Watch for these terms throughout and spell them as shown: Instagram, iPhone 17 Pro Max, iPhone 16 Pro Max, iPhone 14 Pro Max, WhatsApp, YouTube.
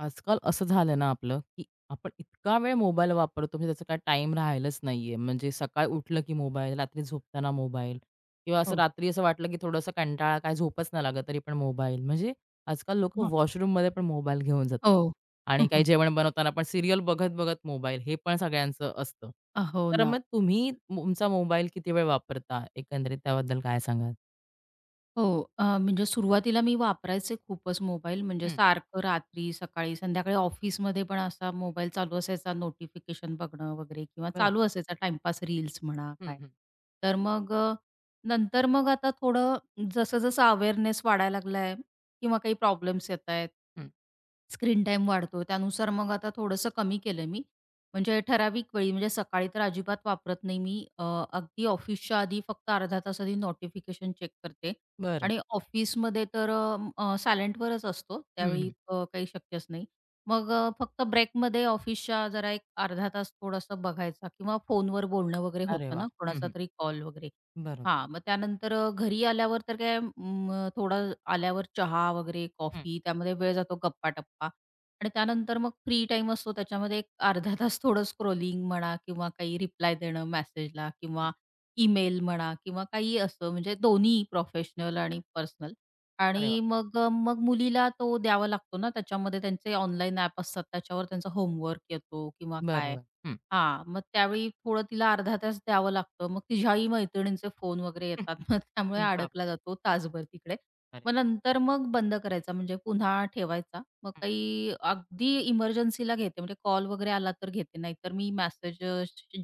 आजकाल असं झालं ना आपलं, की आपण इतका वेळ मोबाईल वापरतो म्हणजे त्याचा काही टाईम राहिलाच नाहीये. म्हणजे सकाळी उठलं की मोबाईल, रात्री झोपताना मोबाईल किंवा असं हो. रात्री असं वाटलं की थोडंसं कंटाळा, काय झोपच नाही लागत तरी पण मोबाईल. म्हणजे आजकाल लोकं हं. वॉशरूममध्ये पण मोबाईल घेऊन जातात हो. आणि हं, हं. काही जेवण बनवताना पण सीरियल बघत-बघत मोबाईल हे पण सगळ्यांचं असतं. हो तर ना. मग तुम्ही तुमचा मोबाईल किती वेळ वापरता? एकंदरीत त्याबद्दल काय सांगाल? हो. म्हणजे सुरुवातीला मी वापरायचे खूपच मोबाईल, म्हणजे हं, सारखं रात्री, सकाळी, संध्याकाळी ऑफिसमध्ये पण असा मोबाईल चालू असायचा, नोटिफिकेशन बघणं वगैरे किंवा बरं. चालू असायचा टाईमपास, रील्स म्हणा हं, काय. हं, तर मग नंतर मग आता थोडं जसं-जसं अवेअरनेस वाढायला लागलाय किंवा काही प्रॉब्लेम्स येतायत, हं. स्क्रीन टाईम वाढतो. त्यानुसार मग आता थोडंसं कमी केलं मी. म्हणजे ठराविक वेळी, म्हणजे सकाळी तर अजिबात वापरत नाही मी. अगदी ऑफिसच्या आधी, फक्त अर्धा तास आधी नोटिफिकेशन चेक करते बरं. आणि ऑफिसमध्ये तर सायलेंटवरच असतो. हं, त्यावेळी हं. काही शक्यच नाही. मग फक्त ब्रेकमध्ये ऑफिसच्या जरा एक अर्धा तास थोडासा बघायचा किंवा फोनवर बोलणं वगैरे अरे होतं वाह! ना, हं, कोणाचा हं. तरी कॉल वगैरे. बरोबर. हां, मग त्यानंतर घरी आल्यावर तर काय थोडं आल्यावर चहा वगैरे, हं, कॉफी, त्यामध्ये वेळ जातो गप्पा-टप्पा आणि त्यानंतर मग फ्री टाईम असतो, त्याच्यामध्ये एक अर्धा तास थोडं स्क्रोलिंग म्हणा किंवा काही रिप्लाय देणं मेसेजला हं. किंवा ईमेल म्हणा किंवा काही असं, म्हणजे दोन्ही प्रोफेशनल आणि पर्सनल. अरे वाह! आणि मग मग मुलीला तो द्यावा लागतो ना, त्याच्यामध्ये त्यांचे ऑनलाईन ॲप असतात, त्याच्यावर त्यांचा होमवर्क येतो किंवा काय. बरोबर. हं. हां, मग त्यावेळी थोडं तिला अर्धा तास द्यावं लागतं. मग तिच्याही मैत्रिणींचे फोन वगैरे हं, येतात. मग त्यामुळे हं, बाप अडकला जातो तासभर तिकडे. अरे! मग नंतर मग बंद करायचा, म्हणजे पुन्हा ठेवायचा. मग हं, काही अगदी इमर्जन्सीला घेते, म्हणजे कॉल वगैरे आला तर घेते. नाहीतर मी मेसेज,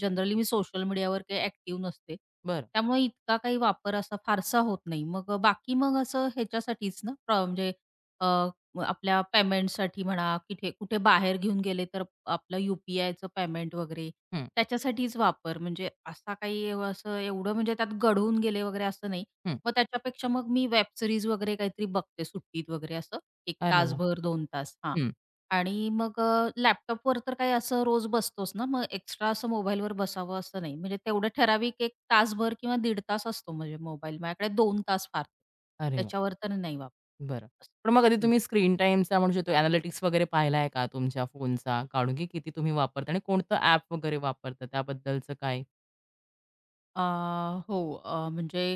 जनरली मी सोशल मीडियावर काही ॲक्टिव्ह नसते. बरं. त्यामुळे इतका काही वापर असा फारसा होत नाही. मग बाकी मग असं ह्याच्यासाठीच ना, म्हणजे मग आपल्या पेमेंटसाठी म्हणा, कुठे कुठे बाहेर घेऊन गेले तर आपलं यू-पी-आयचं पेमेंट वगैरे, हं, त्याच्यासाठीच वापर. म्हणजे असा काही असं एवढं, म्हणजे त्यात गढून गेले वगैरे असं नाही. हं. मग त्याच्यापेक्षा मग मी वेब सीरीज वगैरे काहीतरी बघते सुट्टीत वगैरे असं 1 अरे वाह! तासभर 2 तास. हां. हं. आणि मग लॅपटॉपवर तर काही असं रोज बसतोच ना, मग एक्स्ट्रा असं मोबाईलवर बसावं असं नाही. म्हणजे तेवढं ठराविक 1 तासभर किंवा दीड तास असतो, म्हणजे मोबाईल. माझ्याकडे 2 तास फार. अरे वाह! त्याच्यावर तर नाही वापरत. बरं. पण मग कधी तुम्ही स्क्रीन टाईमचा म्हणू शकतो एनालिटिक्स वगैरे पाहिला का तुमच्या फोनचा काढून, की किती तुम्ही वापरता आणि कोणतं ॲप वगैरे वापरता त्याबद्दलचं काय? अ, हो. अ, म्हणजे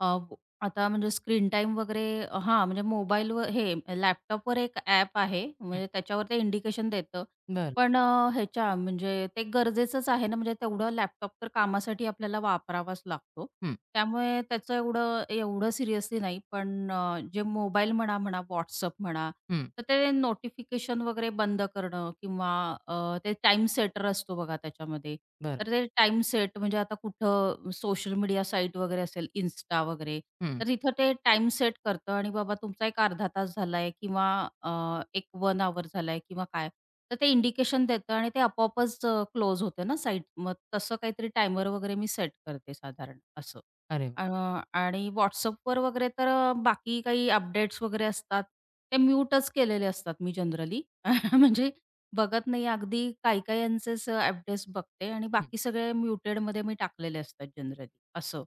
अ, व- आता म्हणजे स्क्रीन टाईम वगैरे, हां, म्हणजे मोबाईलवर हे, लॅपटॉपवर एक ॲप आहे. हं, म्हणजे त्याच्यावर ते इंडिकेशन देतं, बरं. पण ह्याच्या म्हणजे ते गरजेचंच आहे ना, म्हणजे तेवढं लॅपटॉप तर कामासाठी आपल्याला वापरावाच लागतो. हं, त्यामुळे त्याचं एवढं एवढं सिरियसली नाही. पण जे मोबाईल म्हणा, WhatsApp म्हणा, हं. तर ते नोटिफिकेशन वगैरे बंद करणं किंवा अ, ते टाइम सेटर असतो बघा त्याच्यामध्ये. बरं. तर ते टाईम सेट, म्हणजे आता कुठं सोशल मीडिया साईट वगैरे असेल, Insta वगैरे, हं. तर तिथं ते टाईम सेट करतं आणि बाबा तुमचा एक अर्धा तास झालाय किंवा अ, एक 1 अवर झालाय किंवा काय. तर ते इंडिकेशन देतं आणि ते आपोआपच क्लोज होते ना साईट. मग तसं काहीतरी टायमर वगैरे मी सेट करते साधारण असं. अरे वाह! अ, आणि WhatsAppवर वगैरे तर बाकी काही अपडेट्स वगैरे असतात, ते म्यूटच केलेले असतात मी जनरली. म्हणजे बघत नाही. अगदी काही-काही यांचेच अपडेट्स बघते आणि हं. बाकी सगळे म्युटेडमध्ये मी टाकलेले असतात जनरली असं.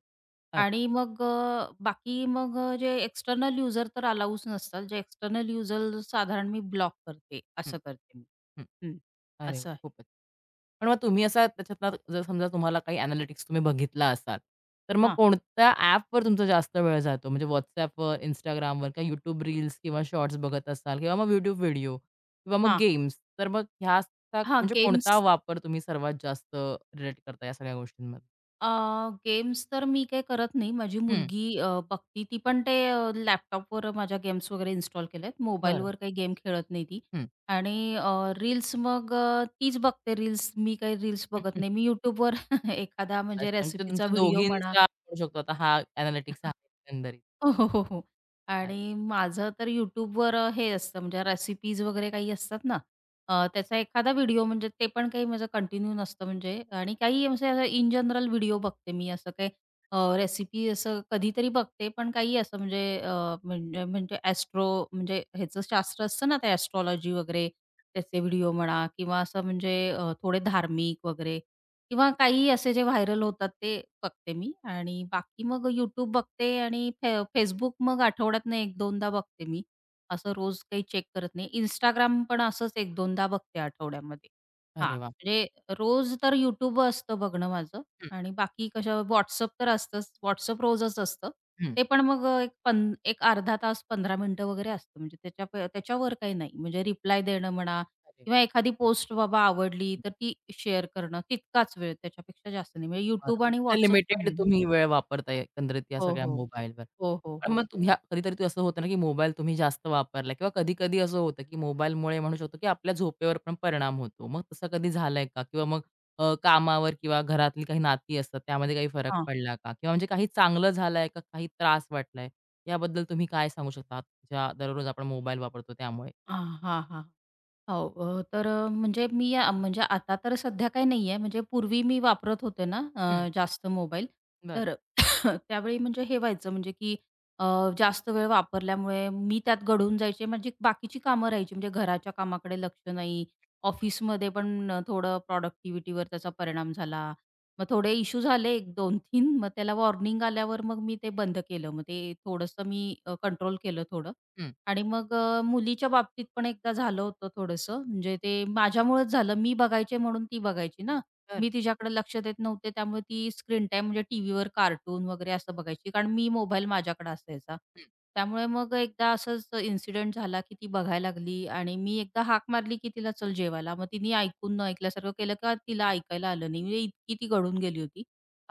अरे वाह! आणि मग बाकी मग जे एक्स्टर्नल यूजर तर अलाऊच नसतात. जे एक्स्टर्नल यूजर साधारण मी ब्लॉक करते, हं, असं करते मी. हं. हं. अरे वाह! असं आहे. खूपच पण मग तुम्ही असा त्याच्यातला जर समजा तुम्हाला काही एनालिटिक्स तुम्ही बघितला असाल, तर मग हां, कोणत्या ॲपवर तुमचा जास्त वेळ जातो? म्हणजे WhatsAppवर, Instagramवर किंवा YouTube रील्स किंवा शॉर्ट्स बघत असाल किंवा मग YouTube व्हिडिओ किंवा मग हां. गेम्स. तर मग ह्याचा हां, म्हणजे कोणता गेम्स वापर तुम्ही सर्वात जास्त रिलेट करता या सगळ्या गोष्टींमध्ये? गेम्स तर मी काही करत नाही. माझी हं. मुलगी बघती. ती पण ते लॅपटॉपवर माझ्या गेम्स वगैरे इन्स्टॉल केल्यात. बरं. मोबाईलवर काही गेम खेळत नाही ती. हं. आणि रील्स मग तीच बघते रील्स. मी काही रील्स बघत नाही. मी YouTubeवर एखादा म्हणजे अच्छा, म्हणजे रेसिपीचा तुमच्या व्हिडिओ म्हणा. दोघींचा म्हणू शकतो आता हा एनालिटिक्स आहे एकंदरीत. हो, हो, हो, हो. आणि माझं तर YouTubeवर हे असतं, म्हणजे रेसिपीज वगैरे काही असतात ना, त्याचा एखादा व्हिडिओ, म्हणजे ते पण काही माझं कंटिन्यू नसतं, म्हणजे आणि काही म्हणजे असं इन जनरल व्हिडिओ बघते मी असं काही. रेसिपी असं कधीतरी बघते, पण काही असं म्हणजे म्हणजे ॲस्ट्रो, म्हणजे ह्याचं शास्त्र असतं ना, ते ॲस्ट्रोलॉजी वगैरे, त्याचे व्हिडिओ म्हणा किंवा असं म्हणजे थोडे धार्मिक वगैरे किंवा काही असे जे व्हायरल होतात ते बघते मी. आणि बाकी मग YouTube बघते आणि Facebook मग आठवड्यातनं एक 2दा बघते मी. असं रोज काही चेक करत नाही. Instagram पण असंच एक 2दा बघते आठवड्यामध्ये. हां, अरे वाह! म्हणजे रोज तर YouTube असतं बघणं माझं हं, आणि बाकी कशावर WhatsApp तर असतंच. WhatsApp रोजच असतं. हं. ते पण मग एक अर्धा तास 15 मिनिटं वगैरे असतं. म्हणजे त्याच्यावर काही नाही. म्हणजे रिप्लाय देणं म्हणा अरे वाह! किंवा एखादी पोस्ट बाबा आवडली, तर ती शेअर करणं, तितकाच वेळ, त्याच्यापेक्षा जास्त नाही. म्हणजे बरं. YouTube आणि म्हणजे WhatsApp लिमिटेड सांगेन मी. तुम्ही वेळ वापरताय एकंदरीत या हो, सगळ्या हो. मोबाईलवर. हो, हो, पण हो. मग तुम्ही कधीतरी असं होतं ना, की मोबाईल तुम्ही जास्त वापरला किंवा कधी-कधी असं होतं, की मोबाईलमुळे म्हणू शकतो, की आपल्या झोपेवर पण परिणाम होतो. मग तसं कधी झालंय का? किंवा मग कामावर किंवा घरातली काही नाती असतात त्यामध्ये काही फरक हां. पडला का? किंवा म्हणजे काही चांगलं झालंय का काही त्रास वाटलाय? याबद्दल तुम्ही काय सांगू शकता? ज्या दररोज आपण मोबाईल वापरतो त्यामुळे? हां, हां, हां. हो, अ, तर अ, म्हणजे मी अ, म्हणजे आता तर सध्या काही नाहीये. म्हणजे पूर्वी मी वापरत होते ना हं. जास्त मोबाईल, बरं. तर त्यावेळी म्हणजे हे व्हायचं म्हणजे की अ, जास्त वेळ वापरल्यामुळे मी त्यात गढून जायचे. माझी बाकीची कामं राहायची. म्हणजे घराच्या कामाकडे लक्ष नाही. ऑफिसमध्ये पण थोडं प्रॉडक्टिव्हिटीवर त्याचा परिणाम झाला. मग थोडे इश्यू झाले 1, 2, 3, मग त्याला वॉर्निंग आल्यावर मग मी ते बंद केलं. मग ते थोडंसं मी कंट्रोल केलं थोडं. हं. आणि मग मुलीच्या बाबतीत पण एकदा झालं होतं थोडंसं. म्हणजे ते माझ्यामुळेच झालं. मी बघायचे म्हणून ती बघायची ना. बरं. मी तिच्याकडे लक्ष देत नव्हते. त्यामुळे ती स्क्रीन टाईम म्हणजे टीव्हीवर कार्टून वगैरे असं बघायची. कारण मी मोबाईल माझ्याकडे असायचा. हं, त्यामुळे मग एकदा असंच इन्सिडेंट झाला, की ती बघायला लागली आणि मी एकदा हाक मारली, की तिला चल जेवायला. मग तिने ऐकून न ऐकल्यासारखं केलं का तिला हं. ऐकायला आलं नाही. म्हणजे इतकी ती गळून गेली होती.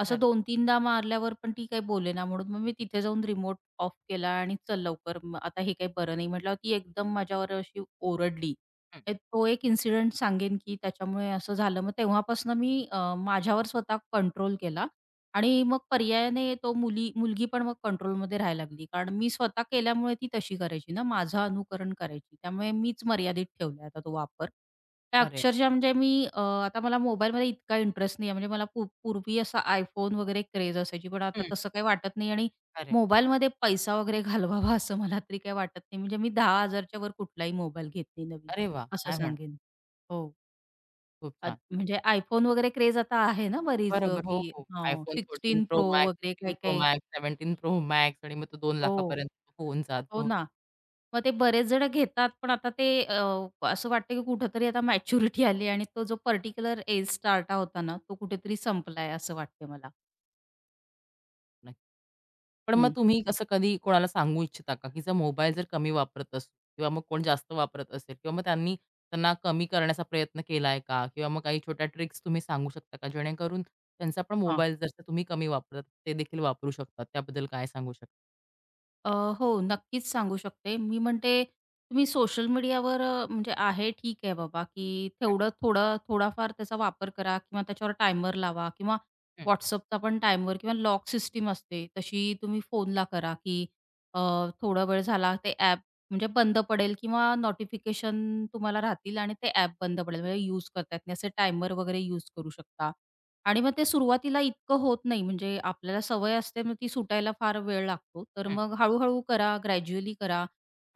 असं बरं. 2-3दा मारल्यावर पण ती काही बोलेना म्हणून मग मी तिथे जाऊन रिमोट ऑफ केला आणि चल लवकर, मग आता हे काही बरं नाही म्हटल्यावर ती एकदम माझ्यावर अशी ओरडली. हं. तर तो एक इन्सिडेंट सांगेन, की त्याच्यामुळे असं झालं. मग तेव्हापासून मी माझ्यावर स्वतः कंट्रोल केला आणि मग पर्यायाने तो मुलगी पण मग कंट्रोलमध्ये राहायला लागली. कारण मी स्वतः केल्यामुळे ती तशी करायची ना, माझं अनुकरण करायची. त्यामुळे मीच मर्यादित ठेवला आता तो वापर. तर अरे! अक्षरशः म्हणजे मी, आता मला मोबाईलमध्ये इतका इंटरेस्ट नाही आहे. म्हणजे मला पूर्वी असा iPhone वगैरे क्रेझ असायची. पण आता हं. तसं काही वाटत नाही आणि अरे! मोबाईलमध्ये पैसा वगैरे घालवावा असं मला तरी काही वाटत नाही. म्हणजे मी 10,000 च्या वर कुठलाही मोबाईल घेत नाही नवीन, अरे वाह! असं काय म्हण सांगेन. हो. खूप छान. म्हणजे iPhone वगैरे क्रेज आता आहे ना बरीच, बरोबर. हो, की हो. हां, iPhone pro, 14 Pro Pro Max, वगैरे 16 Pro काही-काही. Max, 17 Pro Max आणि मग तो 2 हो, लाखापर्यंत होऊन हो जातो. हो, ना. मग ते बरेच जण घेतात, पण आता ते असं वाटतं की कुठेतरी आता मॅच्युरिटी आली आणि तो जो पर्टिक्युलर एज स्टार्टा होता ना, तो कुठेतरी संपलाय असं वाटतंय मला. नक्की. पण मग हं. तुम्ही असं कधी कोणाला सांगू इच्छिता का, की जर मोबाईल जर कमी वापरत असू किंवा मग कोण जास्त वापरत असेल किंवा मग त्यांनी त्यांना कमी करण्याचा प्रयत्न केलाय का? किंवा मग काही छोट्या ट्रिक्स तुम्ही सांगू शकता का? जेणेकरून त्यांचा पण हां. मोबाईल जसं तुम्ही कमी वापरत ते देखील वापरू शकतात. त्याबद्दल काय सांगू शकता? अ, हो, नक्कीच सांगू शकते. मी म्हणते तुम्ही सोशल मीडियावर म्हणजे आहे, ठीक आहे बाबा, की तेवढं थोडं थोडाफार त्याचा वापर करा किंवा त्याच्यावर टायमर लावा किंवा हं, हं, WhatsAppचा पण टायमर किंवा लॉक सिस्टीम असते, तशी तुम्ही फोनला करा, की अ, थोडा वेळ झाला ते ॲप म्हणजे बंद पडेल किंवा नोटिफिकेशन तुम्हाला राहतील आणि ते ॲप बंद पडेल, म्हणजे यूज करता नाही. असे टायमर वगैरे यूज करू शकता. आणि मग ते सुरुवातीला इतकं होत नाही, म्हणजे आपल्याला सवय असते, मग ती सुटायला फार वेळ लागतो. तर हं, मग हळू-हळू करा, ग्रॅज्युअली करा.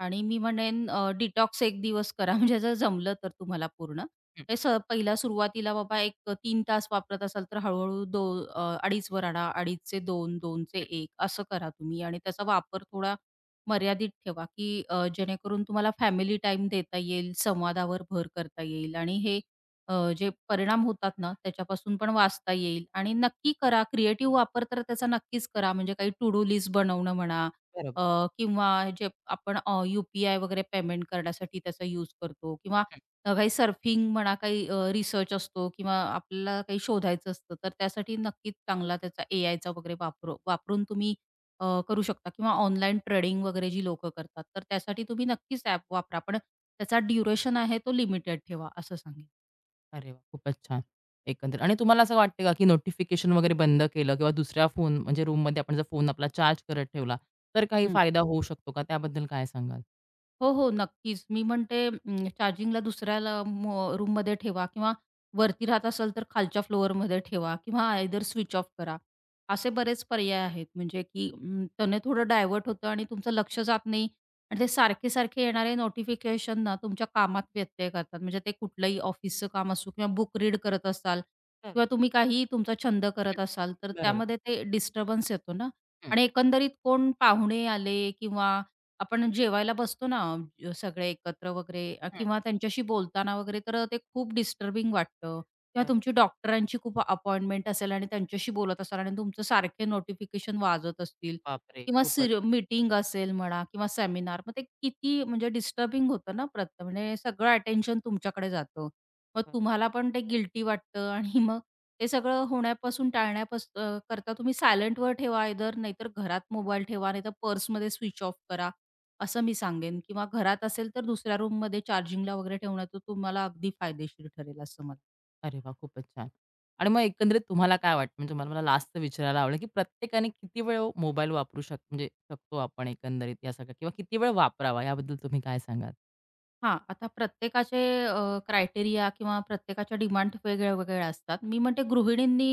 आणि मी म्हणेन डिटॉक्स एक दिवस करा, म्हणजे जर जमलं तर तुम्हाला पूर्ण. हं. हे स पहिला सुरुवातीला बाबा एक तास वापरत असाल, तर हळू 2.5 आणा, 2.5 चे 2, 2 असं करा तुम्ही आणि त्याचा वापर थोडा मर्यादित ठेवा, की जेणेकरून तुम्हाला फॅमिली टाईम देता येईल, संवादावर भर करता येईल आणि हे जे परिणाम होतात ना, त्याच्यापासून पण वाचता येईल आणि नक्की करा. क्रिएटिव्ह वापर तर त्याचा नक्कीच करा. म्हणजे काही टू डू लिस्ट बनवणं म्हणा बरोबर. अ, किंवा जे आपण यू-पी-आय वगैरे पेमेंट करण्यासाठी त्याचा यूज करतो किंवा काही सर्फिंग म्हणा, काही रिसर्च असतो किंवा आपल्याला काही शोधायचं असतं, तर त्यासाठी नक्कीच चांगला त्याचा एआयचा वापर वापरून तुम्ही करू शकता किंवा ऑनलाईन ट्रेडिंग वगैरे जी लोकं करतात, तर त्यासाठी तुम्ही नक्कीच ॲप वापरा. पण त्याचा ड्युरेशन आहे तो लिमिटेड ठेवा, असं सांगेन. अरे वा, खूपच छान. एकंदरीत आणि तुम्हाला असं वाटतं का, की नोटिफिकेशन वगैरे बंद केलं किंवा दुसऱ्या फोन म्हणजे रूममध्ये आपण जर फोन आपला चार्ज करत ठेवला, तर काही फायदा होऊ शकतो का? त्याबद्दल काय सांगाल? हो, हो, नक्कीच. मी म्हणते, अं, चार्जिंगला दुसऱ्याला रूममध्ये ठेवा किंवा वरती राहत असाल तर खालच्या फ्लोअरमध्ये ठेवा किंवा आयदर स्विच ऑफ करा. असे बरेच पर्याय आहेत, म्हणजे की अं, त्याने थोडं डायव्हर्ट होतं आणि तुमचं लक्ष जात नाही आणि ते सारखे-सारखे येणारे नोटिफिकेशन ना तुमच्या कामात व्यत्यय करतात. म्हणजे ते कुठलंही ऑफिसचं काम असो किंवा बुक रीड करत असाल बरं. किंवा तुम्ही काही तुमचा छंद करत हं, असाल, तर बरोबर. त्यामध्ये ते डिस्टर्बन्स येतो ना. हं, आणि एकंदरीत कोण पाहुणे आले किंवा आपण जेवायला बसतो ना, सगळे एकत्र वगैरे, हं. किंवा त्यांच्याशी बोलताना वगैरे, तर ते खूप डिस्टर्बिंग वाटतं. किंवा बरोबर. तुमची डॉक्टरांची खूप अपॉइंटमेंट असेल आणि त्यांच्याशी बोलत असाल आणि तुमचं सारखे नोटिफिकेशन वाजत असतील बापरे! किंवा खूपच. मीटिंग असेल म्हणा किंवा सेमिनार, मग ते किती म्हणजे डिस्टर्बिंग होतं ना, म्हणजे सगळं अटेन्शन तुमच्याकडे जातं, मग तुम्हाला पण ते गिल्टी वाटतं आणि मग ते सगळं होण्यापासून करता तुम्ही सायलेंटवर ठेवा आयदर, नाहीतर घरात मोबाईल ठेवा, नाहीतर पर्समध्ये, स्विच ऑफ करा असं मी सांगेन, किंवा घरात असेल तर दुसऱ्या रूममध्ये चार्जिंगला वगैरे ठेवणं, तर तुम्हाला अगदी फायदेशीर ठरेल असं मला. अरे वा, खूपच छान. आणि मग एकंदरीत तुम्हाला काय वाटतं? म्हणजे मला मला लास्टचं विचारायला आवडेल, की प्रत्येकाने किती वेळ मोबाईल वापरू म्हणजे शकतो आपण एकंदरीत या सगळ्या किंवा किती वेळ वापरावा याबद्दल तुम्ही काय सांगाल? हां, आता प्रत्येकाचे क्रायटेरिया किंवा प्रत्येकाच्या डिमांड वेगळ्या-वेगळ्या असतात. मी म्हणते गृहिणींनी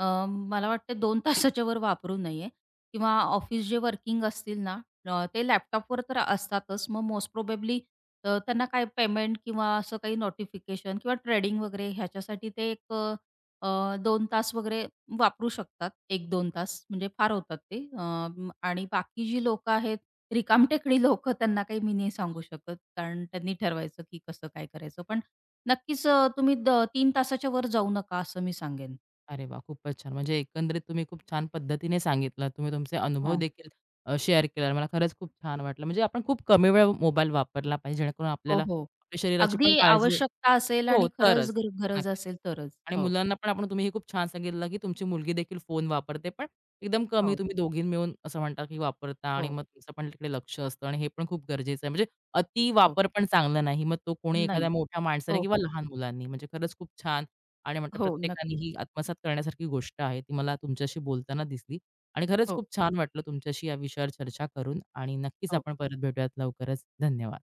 अ, मला वाटते 2 तासाच्या वर वापरू नये किंवा ऑफिस जे वर्किंग असतील ना, ते लॅपटॉपवर तर असतातच. मग मोस्ट प्रोबेबली त्यांना काय पेमेंट किंवा असं काही नोटिफिकेशन किंवा ट्रेडिंग वगैरे ह्याच्यासाठी ते 2 तास वगैरे वापरू शकतात. 1-2 तास म्हणजे फार होतात ते. आणि बाकी जी लोकं आहेत, रिकामटेकडी लोकं, त्यांना काही मी नाही सांगू शकत. कारण त्यांनी ठरवायचं की कसं काय करायचं. पण नक्कीच तुम्ही 3 तासाच्या वर जाऊ नका, असं मी सांगेन. अरे वा, खूपच छान. म्हणजे एकंदरीत तुम्ही खूप छान पद्धतीने सांगितलं. तुम्ही तुमचे अनुभव हां. देखील शेअर केला. मला खरंच खूप छान वाटलं. म्हणजे आपण खूप कमी वेळ मोबाईल वापरला पाहिजे, जेणेकरून हो, आपल्याला हो. आपल्या शरीराची अगदी पण काळजी आवश्यकता असेल हो, आणि खरंच तरच. गरज नक्कीच. असेल तरच. आणि हो, मुलांना पण आपण तुम्ही हे खूप छान सांगितलं, की तुमची मुलगी देखील फोन वापरते, पण एकदम कमी हो, तुम्ही दोघी मिळून असं म्हणता, की वापरता आणि हो, मग तुमचं पण तिकडे लक्ष असतं आणि हे पण खूप गरजेचं आहे. म्हणजे अति हो. वापर पण चांगला नाही. मग तो कोणी नाही. एखाद्या मोठ्या माणसाने हो, किंवा हो. लहान मुलांनी म्हणजे खरंच खूप छान आणि म्हणतात हो, प्रत्येकाने नक्कीच. ही आत्मसात करण्यासारखी गोष्ट आहे. ती मला तुमच्याशी बोलताना दिसली आणि खरंच हो, खूप छान वाटलं तुमच्याशी या विषयावर चर्चा करून आणि नक्कीच हो. आपण परत भेटूयात लवकरच. धन्यवाद.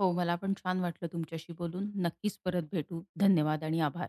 हो, मला पण छान वाटलं तुमच्याशी बोलून. नक्कीच परत भेटू. धन्यवाद आणि आभार.